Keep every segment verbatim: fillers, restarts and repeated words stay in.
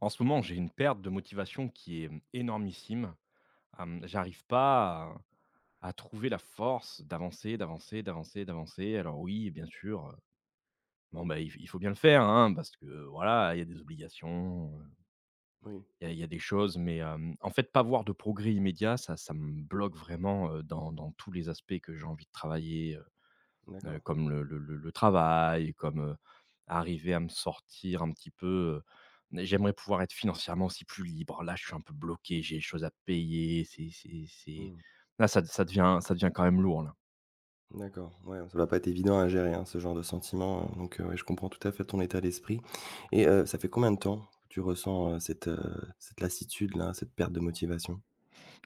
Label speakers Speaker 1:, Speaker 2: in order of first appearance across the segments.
Speaker 1: En ce moment, j'ai une perte de motivation qui est mmh, énormissime. Hem, j'arrive pas à à trouver la force d'avancer, d'avancer, d'avancer, d'avancer. Alors oui, bien sûr, heu, bon, bah, il f il faut bien le faire, hein, parce que, voilà, il y a des obligations, heu,
Speaker 2: Oui,
Speaker 1: il y a il y a des choses, mais, hem, en fait, pas voir de progrès immédiat, ça ça me bloque vraiment, heu, dans dans tous les aspects que j'ai envie de travailler, heu,
Speaker 2: d'accord.
Speaker 1: comme le le le le travail, comme, heu, arriver à me sortir un petit peu, heu, j'aimerais pouvoir être financièrement aussi plus libre. Là, je suis un peu bloqué, j'ai des choses à payer, c'est c'est c'est
Speaker 2: Mmh.
Speaker 1: là, ça ça devient ça devient quand même lourd, là.
Speaker 2: D'accord, ouais, ça va pas être évident à gérer, hein, ce genre de sentiment, heu, donc heu, ouais, je comprends tout à fait ton état d'esprit et heu, ça fait combien de temps que tu ressens, heu, cette, heu, cette lassitude-là, cette perte de motivation?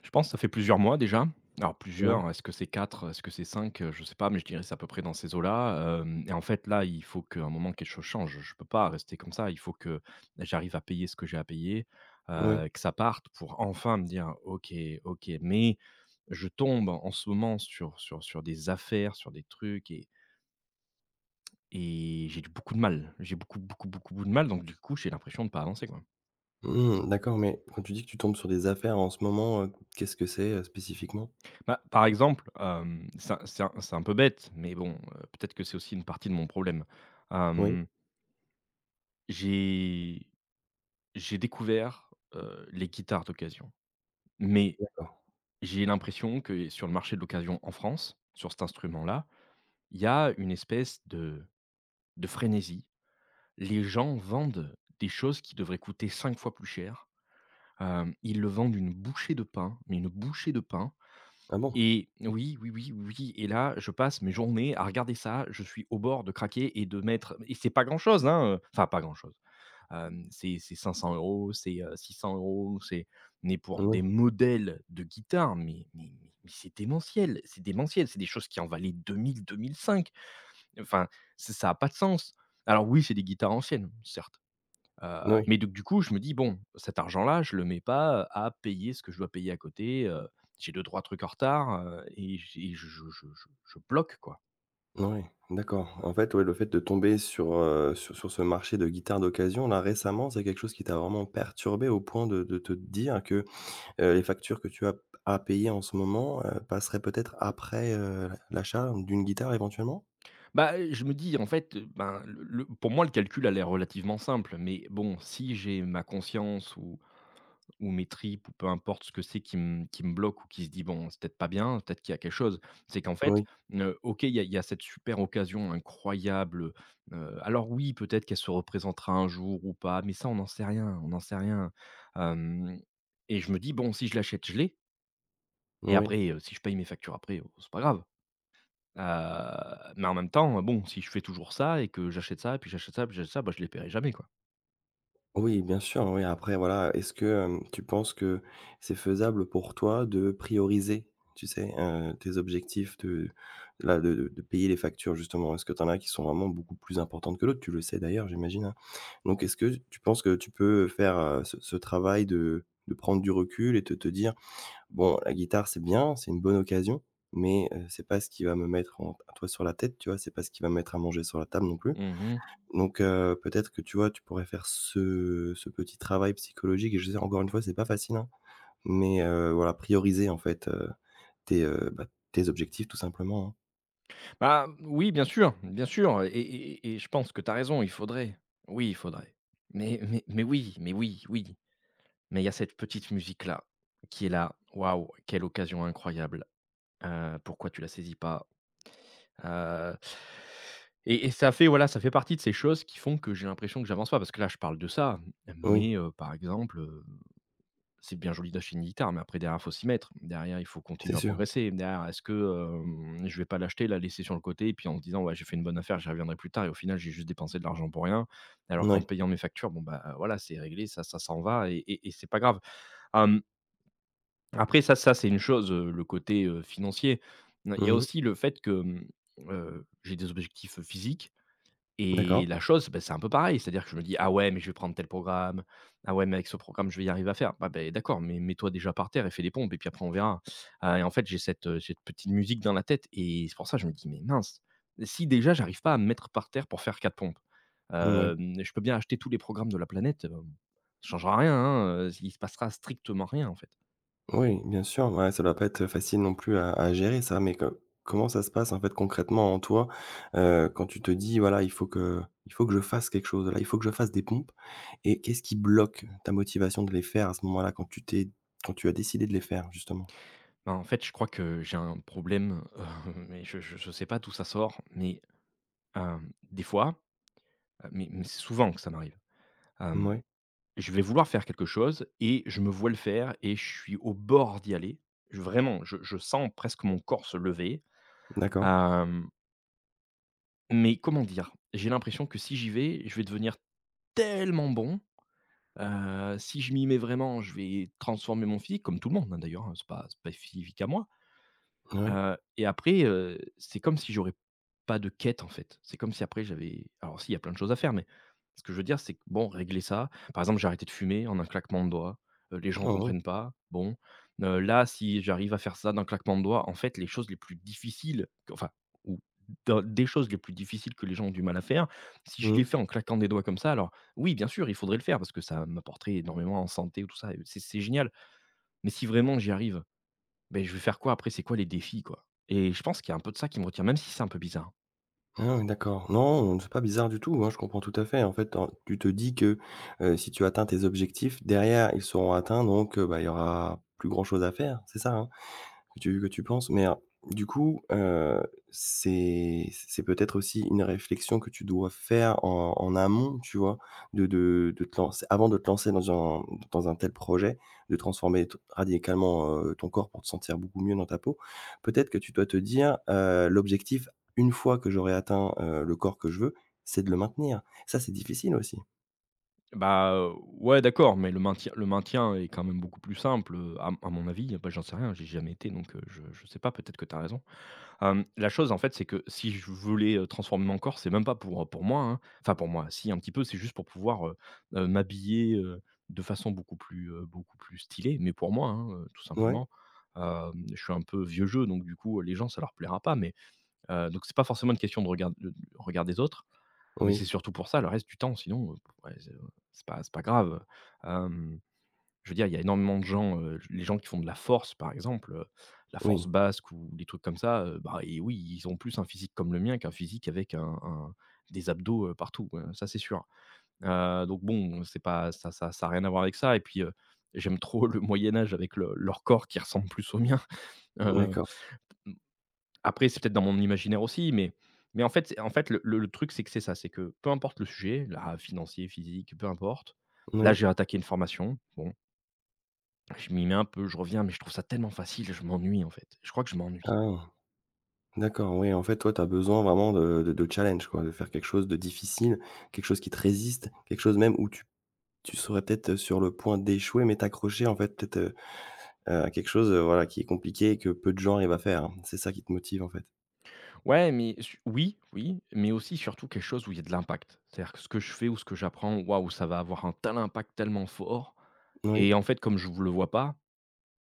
Speaker 1: Je pense que ça fait plusieurs mois déjà. Alors
Speaker 2: Ouais,
Speaker 1: plusieurs, est-ce que c'est quatre, est-ce que c'est cinq, heu, je sais pas, mais je dirais c'est à peu près dans ces eaux-là, hem et en fait là, il faut qu'à un moment quelque chose change. Je peux pas rester comme ça. Il faut que j'arrive à payer ce que j'ai à payer,
Speaker 2: oui.
Speaker 1: heu, que ça parte pour enfin me dire: «OK, OK». Mais je tombe en ce moment sur sur sur des affaires, sur des trucs et et j'ai beaucoup de mal. J'ai beaucoup, beaucoup, beaucoup, beaucoup de mal donc du coup, j'ai l'impression de pas avancer, quoi.
Speaker 2: Mmh, d'accord, mais quand tu dis que tu tombes sur des affaires en ce moment, heu, qu'est-ce que c'est, heu, spécifiquement?
Speaker 1: Bah, par exemple, hem, c'est un c'est un c'est un peu bête, mais bon, heu, peut-être que c'est aussi une partie de mon problème.
Speaker 2: Oui,
Speaker 1: Hem, j'ai j'ai découvert, heu, les guitares d'occasion, mais
Speaker 2: d'accord.
Speaker 1: j'ai l'impression que sur le marché de l'occasion en France, sur cet instrument-là, il y a une espèce de de frénésie. Les gens vendent des choses qui devraient coûter cinq fois plus cher. Hem, ils le vendent une bouchée de pain, mais une bouchée de pain.
Speaker 2: Ah bon?
Speaker 1: Et oui, oui, oui, oui et là, je passe mes journées à regarder ça, je suis au bord de craquer et de mettre et c'est pas grand-chose, hein, heu, enfin pas grand-chose, hem, c'est c'est cinq cents euros, c'est, euh, six cents euros. C'est Mais pour des
Speaker 2: Oui,
Speaker 1: modèles de guitare, mais mais mais mais c'est démentiel, c'est démentiel, c'est des choses qui en valaient deux deux mille, deux mille cinq. Enfin, c'est ça a pas de sens. Alors oui, c'est des guitares anciennes, certes. Heu,
Speaker 2: oui,
Speaker 1: mais donc du coup, je me dis: «Bon, cet argent-là, je le mets pas, à payer ce que je dois payer à côté, heu, j'ai deux trois trucs en retard, heu, et j'ai je je je je je bloque, quoi».
Speaker 2: oui, d'accord. En fait, ouais, le fait de tomber sur, heu, sur sur ce marché de guitares d'occasion, là, récemment, c'est quelque chose qui t'a vraiment perturbé au point de de te dire que Heu, les factures que tu as à payer en ce moment, heu, passeraient peut-être après, heu, l'achat d'une guitare éventuellement?
Speaker 1: Bah, je me dis, en fait, heu, ben, le le pour moi, le calcul a l'air relativement simple, mais bon, si j'ai ma conscience ou Ou mes tripes ou peu importe ce que c'est qui me qui me bloque ou qui se dit: «Bon, c'est peut-être pas bien, peut-être qu'il y a quelque chose». C'est qu'en fait,
Speaker 2: Oui,
Speaker 1: heu, OK, il y a il y a cette super occasion incroyable, heu, alors oui, peut-être qu'elle se représentera un jour ou pas, mais ça, on n'en sait rien, on n'en sait rien. Hem Et je me dis: «Bon, si je l'achète, je l'ai et
Speaker 2: oui.
Speaker 1: après, heu, si je paye mes factures après, oh, c'est pas grave». Heu, mais en même temps, bon, si je fais toujours ça et que j'achète ça, puis j'achète ça, puis j'achète ça, bah, je les paierai jamais, quoi.
Speaker 2: Oui, bien sûr, oui, après voilà, est-ce que, hem, tu penses que c'est faisable pour toi de prioriser, tu sais, heu, tes objectifs de là, de de de payer les factures justement? Est-ce que tu en as qui sont vraiment beaucoup plus importantes que l'autre? Tu le sais d'ailleurs, j'imagine, hein? Donc est-ce que tu penses que tu peux, faire, heu, ce ce travail de de prendre du recul et de te dire: bon, la guitare, c'est bien, c'est une bonne occasion, mais heu, c'est pas ce qui va me mettre en un toit sur la tête, tu vois? C'est pas ce qui va me mettre à manger sur la table non plus.
Speaker 1: Mmh.
Speaker 2: Donc heu, peut-être que, tu vois, tu pourrais faire ce ce petit travail psychologique et je sais, encore une fois, c'est pas facile, hein, mais heu, voilà, prioriser, en fait, heu, tes, heu, bah, tes objectifs tout simplement, hein.
Speaker 1: Bah, mmh, oui, bien sûr, bien sûr et et et je pense que tu as raison, il faudrait. Oui, il faudrait. Mais mais mais oui, mais oui, oui, mais il y a cette petite musique-là qui est là. Waouh, quelle occasion incroyable, heu, pourquoi tu la saisis pas? Heu et et ça fait, voilà, ça fait partie de ces choses qui font que j'ai l'impression que j'avance pas. Parce que là, je parle de ça,
Speaker 2: Oui,
Speaker 1: mais heu, par exemple, heu, c'est bien joli d'acheter une guitare, mais après derrière, il faut s'y mettre. Derrière, il faut
Speaker 2: c'est
Speaker 1: continuer à
Speaker 2: sûr.
Speaker 1: progresser. Derrière, est-ce que, hem, je vais pas l'acheter, la laisser sur le côté et puis en se disant: «Ouais, j'ai fait une bonne affaire, j'y reviendrai plus tard» et au final, j'ai juste dépensé de l'argent pour rien? Alors qu'en
Speaker 2: Moui.
Speaker 1: payant mes factures, bon, bah, euh, voilà, c'est réglé, ça ça s'en va et et et c'est pas grave. Après ça ça c'est une chose, heu, le côté, heu, financier. Il y a
Speaker 2: Mmh mh.
Speaker 1: aussi le fait que, mmh, heu, j'ai des objectifs, heu, physiques et
Speaker 2: D'accord.
Speaker 1: la chose, ben c'est un peu pareil. C'est-à-dire que je me dis: «Ah ouais, mais je vais prendre tel programme. Ah ouais, mais avec ce programme, je vais y arriver à faire». Bah ben d'accord, mais mets-toi déjà par terre et fais des pompes et puis après on verra. Heu et en fait, j'ai cette, heu, cette petite musique dans la tête et c'est pour ça que je me dis: «Mais mince, si déjà j'arrive pas à me mettre par terre pour faire quatre pompes,
Speaker 2: Moui.
Speaker 1: hem, je peux bien acheter tous les programmes de la planète, heu, ça changera rien, hein, heu, il se passera strictement rien, en fait».
Speaker 2: Oui, bien sûr, ouais, ça doit pas être facile non plus à à gérer ça, mais co comment ça se passe, en fait, concrètement en toi, heu, quand tu te dis: «Voilà, il faut que il faut que je fasse quelque chose, là, il faut que je fasse des pompes» et qu'est-ce qui bloque ta motivation de les faire à ce moment-là, quand tu t'es quand tu as décidé de les faire, justement?
Speaker 1: Ben, en fait, je crois que j'ai un problème, heu, mais je je je sais pas d'où ça sort, mais, hem, des fois, heu, mais mais c'est souvent que ça m'arrive, hem,
Speaker 2: Oui,
Speaker 1: je vais vouloir faire quelque chose et je me vois le faire et je suis au bord d'y aller. Je vraiment, je je sens presque mon corps se lever,
Speaker 2: d'accord,
Speaker 1: hem, mais comment dire? J'ai l'impression que si j'y vais, je vais devenir tellement bon, heu, si je m'y mets vraiment, je vais transformer mon physique, comme tout le monde, hein, d'ailleurs, hein, c'est pas c'est pas spécifique à moi.
Speaker 2: oui.
Speaker 1: Heu et après, heu, c'est comme si j'aurais pas de quête, en fait. C'est comme si après j'avais alors si, il y a plein de choses à faire, mais ce que je veux dire, c'est que bon, régler ça par exemple, j'ai arrêté de fumer en un claquement de doigts, heu, les gens
Speaker 2: Mmh mh.
Speaker 1: comprennent pas, bon, heu, là, si j'arrive à faire ça d'un claquement de doigts, en fait, les choses les plus difficiles q enfin ou dans des choses les plus difficiles que les gens ont du mal à faire, si je les
Speaker 2: Mmh.
Speaker 1: fais en claquant des doigts comme ça, alors oui, bien sûr, il faudrait le faire parce que ça m'apporterait énormément en santé ou tout ça et c'est c'est génial. Mais si vraiment j'y arrive ben je vais faire quoi après? C'est quoi les défis, quoi? Et je pense qu'il y a un peu de ça qui me retient, même si c'est un peu bizarre.
Speaker 2: Ah oui, d'accord. Non, c'est pas bizarre du tout, hein, je comprends tout à fait. En fait, tu tu te dis que, heu, si tu atteins tes objectifs, derrière, ils seront atteints donc heu, bah, il y aura plus grand chose à faire, c'est ça, hein? Que tu que tu penses, mais heu, du coup, heu, c'est c'est peut-être aussi une réflexion que tu dois faire en en amont, tu vois? De de de te lancer avant de te lancer dans un dans un tel projet, de transformer t radicalement, heu, ton corps pour te sentir beaucoup mieux dans ta peau. Peut-être que tu dois te dire, heu: «L'objectif, une fois que j'aurai atteint, heu, le corps que je veux, c'est de le maintenir». Ça, c'est difficile aussi.
Speaker 1: Bah, heu, ouais, d'accord, mais le maintien le maintien est quand même beaucoup plus simple, heu, à à mon avis. Bah, j'en sais rien, J'ai jamais été, donc heu, je je sais pas, peut-être que tu as raison. Hem, la chose, en fait, c'est que si je voulais, heu, transformer mon corps, c'est même pas pour, heu, pour moi, hein. Enfin, pour moi, si, un petit peu, c'est juste pour pouvoir, heu heu, m'habiller, heu, de façon beaucoup plus, heu, beaucoup plus stylée, mais pour moi, hein, heu, tout
Speaker 2: Ouais?
Speaker 1: simplement. Hem, je suis un peu vieux jeu, donc du coup, les gens, ça leur plaira pas, mais Heu, donc c'est pas forcément une question de regard de regard des autres, mais
Speaker 2: Oui,
Speaker 1: c'est surtout pour ça, le reste du temps, sinon, heu, ouais, c'est, c'est pas c'est pas grave, heu, je veux dire, il y a énormément de gens, heu, les gens qui font de la force, par exemple, heu, la force
Speaker 2: oui.
Speaker 1: basque ou des trucs comme ça, heu, bah, et oui, ils ont plus un physique comme le mien qu'un physique avec un un des abdos, heu, partout, heu, ça c'est sûr. Heu, donc bon, c'est pas ça ça ça a rien à voir avec ça et puis, heu, j'aime trop le Moyen Âge avec le leur corps qui ressemble plus au mien, heu,
Speaker 2: D'accord.
Speaker 1: après, c'est peut-être dans mon imaginaire aussi, mais mais en fait c'est en fait, le le le truc, c'est que c'est ça, c'est que peu importe le sujet, là, financier, physique, peu importe. Là,
Speaker 2: Oui.
Speaker 1: j'ai attaqué une formation. Bon, je m'y mets un peu, je reviens, mais je trouve ça tellement facile, je m'ennuie, en fait. Je crois que je m'ennuie.
Speaker 2: Ah. D'accord, oui, en fait, toi, tu as besoin vraiment de de de challenge, quoi, de faire quelque chose de difficile, quelque chose qui te résiste, quelque chose même où tu tu serais peut-être, euh, sur le point d'échouer, mais t'accrocher, en fait, peut-être, heu, à quelque chose, heu, voilà, qui est compliqué et que peu de gens arrivent à faire. Hein. C'est ça qui te motive, en fait?
Speaker 1: Ouais, mais su oui, oui, mais aussi, surtout, quelque chose où il y a de l'impact. C'est-à-dire que ce que je fais ou ce que j'apprends, waouh, ça va avoir un tel impact tellement fort
Speaker 2: Oui,
Speaker 1: et en fait, comme je ne vous le vois pas.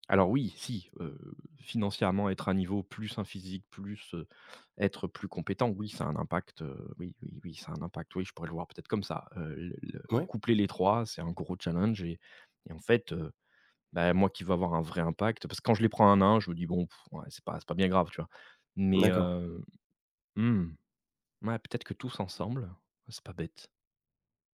Speaker 1: Alors oui, si, heu, financièrement, être à niveau, plus un physique, plus, heu, être plus compétent, oui, ça a un impact, heu, oui, oui, oui, ça a un impact. Oui, je pourrais le voir peut-être comme ça. Heu, le le
Speaker 2: oui,
Speaker 1: coupler les trois, c'est un gros challenge et et en fait, heu, bah, moi qui veux avoir un vrai impact parce que quand je les prends un à un, je me dis: «Bon, pff, ouais, c'est pas c'est pas bien grave», tu vois? Mais,
Speaker 2: d'accord.
Speaker 1: heu, mmh, ouais, peut-être que tous ensemble, c'est pas bête.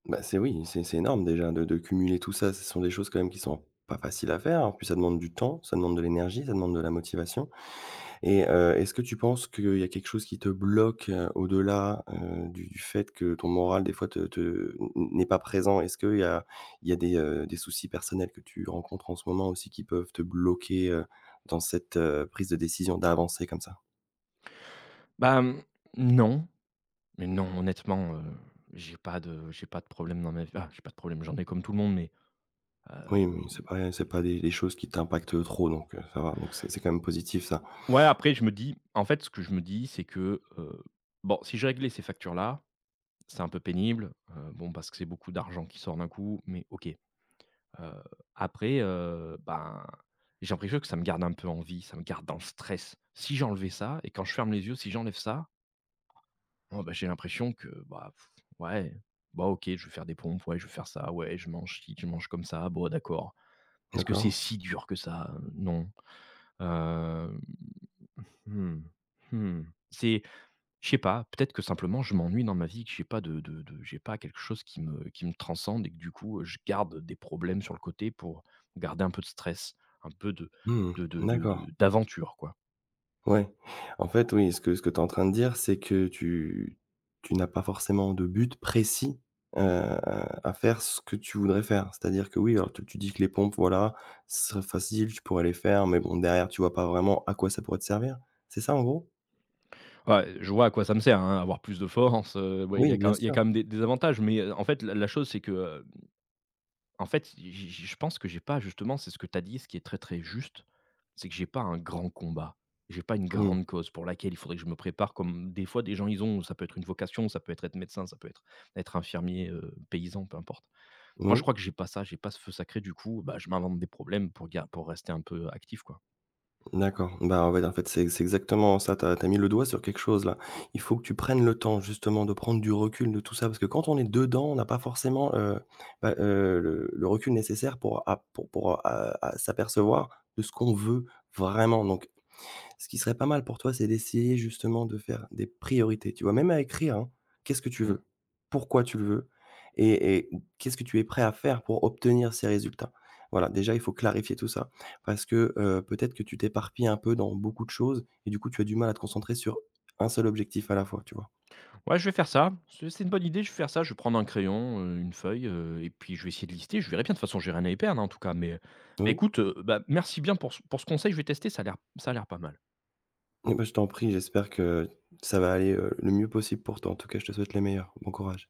Speaker 2: Bah, c'est oui, c'est c'est énorme déjà de de cumuler tout ça. Ce sont des choses quand même qui sont pas faciles à faire. En plus, ça demande du temps, ça demande de l'énergie, ça demande de la motivation. Et heu, est-ce que tu penses qu'il y a quelque chose qui te bloque, heu, au-delà, heu, du du fait que ton moral des fois te te n n'est pas présent? Est-ce qu'il y a il y a des, heu, des soucis personnels que tu rencontres en ce moment aussi qui peuvent te bloquer, heu, dans cette, heu, prise de décision d'avancer comme ça?
Speaker 1: Bah, mmh, non, mais non, honnêtement, heu, j'ai pas de j'ai pas de problème dans ma vie. Ah, j'ai pas de problème, j'en ai comme tout le monde, mais,
Speaker 2: Oui, mais c'est pas c'est pas des des choses qui t'impactent trop donc, heu, ça va, donc c'est c'est quand même positif ça.
Speaker 1: ouais, après, je me dis en fait, ce que je me dis, c'est que, heu, bon, si je réglais ces factures-là, c'est un peu pénible, heu, bon, parce que c'est beaucoup d'argent qui sort d'un coup, mais OK. Heu, Après, heu, ben, j'ai l'impression que ça me garde un peu en vie, ça me garde dans le stress. Si j'enlevais ça et quand je ferme les yeux, si j'enlève ça, oh, bah, j'ai l'impression que, bah, pff, ouais, bah, OK, je vais faire des pompes, ouais, je vais faire ça, ouais, je mange ci, je mange comme ça, bon, d'accord. Est-ce que c'est
Speaker 2: D'accord.
Speaker 1: si dur que ça? non. Hem, mmh, mmh, c'est Je sais pas, peut-être que simplement je m'ennuie dans ma vie, que j'ai pas de de de j'ai pas quelque chose qui me qui me transcende et que du coup, heu, je garde des problèmes sur le côté pour garder un peu de stress, un peu de
Speaker 2: Mmh,
Speaker 1: de de de
Speaker 2: d'accord.
Speaker 1: de d'aventure, quoi.
Speaker 2: Ouais. En fait, oui, ce que ce que tu es en train de dire, c'est que tu tu n'as pas forcément de but précis, heu, à faire ce que tu voudrais faire. C'est-à-dire que oui, alors tu tu dis que les pompes, voilà, ce serait facile, tu pourrais les faire, mais bon derrière tu vois pas vraiment à quoi ça pourrait te servir? C'est ça en gros?
Speaker 1: Ouais, je vois à quoi ça me sert, hein, avoir plus de force, heu, ouais, il y a
Speaker 2: Oui, bien
Speaker 1: quand il y a
Speaker 2: sûr.
Speaker 1: quand même des des avantages, mais, heu, en fait la la chose c'est que, en fait, j j je pense que j'ai pas justement, c'est ce que tu as dit, ce qui est très, très juste, c'est que j'ai pas un grand combat. J'ai pas une
Speaker 2: Mmh.
Speaker 1: grande cause pour laquelle il faudrait que je me prépare comme des fois des gens ils ont, ça peut être une vocation, ça peut être être médecin, ça peut être être infirmier, heu, paysan, peu importe. Moi, je
Speaker 2: Oui.
Speaker 1: crois que j'ai pas ça, j'ai pas ce feu sacré, du coup, bah, je m'invente des problèmes pour ga pour rester un peu actif, quoi.
Speaker 2: D'accord. Bah, ouais, en fait, c'est c'est exactement ça. Tu as mis le doigt sur quelque chose là. Il faut que tu prennes le temps justement de prendre du recul de tout ça parce que quand on est dedans, on n'a pas forcément, heu, bah, heu, le le recul nécessaire pour a pour pour, heu, à à s'apercevoir de ce qu'on veut vraiment. Donc ce qui serait pas mal pour toi, c'est d'essayer justement de faire des priorités, tu vois? Même à écrire, hein. Qu'est-ce que tu
Speaker 1: Mmh.
Speaker 2: veux? Pourquoi tu le veux? Et et qu'est-ce que tu es prêt à faire pour obtenir ces résultats? Voilà, déjà, il faut clarifier tout ça parce que, heu, peut-être que tu t'éparpilles un peu dans beaucoup de choses et du coup, tu as du mal à te concentrer sur un seul objectif à la fois, tu vois?
Speaker 1: Ouais, je vais faire ça. C'est c'est une bonne idée, je vais faire ça. Je vais prendre un crayon, heu, une feuille, heu, et puis je vais essayer de lister. Je verrai bien, de toute façon, j'ai rien à y perdre, hein, en tout cas, mais, heu, bah,
Speaker 2: Oui?
Speaker 1: écoute, heu, bah, merci bien pour ce pour ce conseil. Je vais tester, ça a l'air ça a l'air pas mal.
Speaker 2: Eh bah, je t'en prie, j'espère que ça va aller, heu, le mieux possible pour toi. En tout cas, je te souhaite les meilleurs. Bon courage.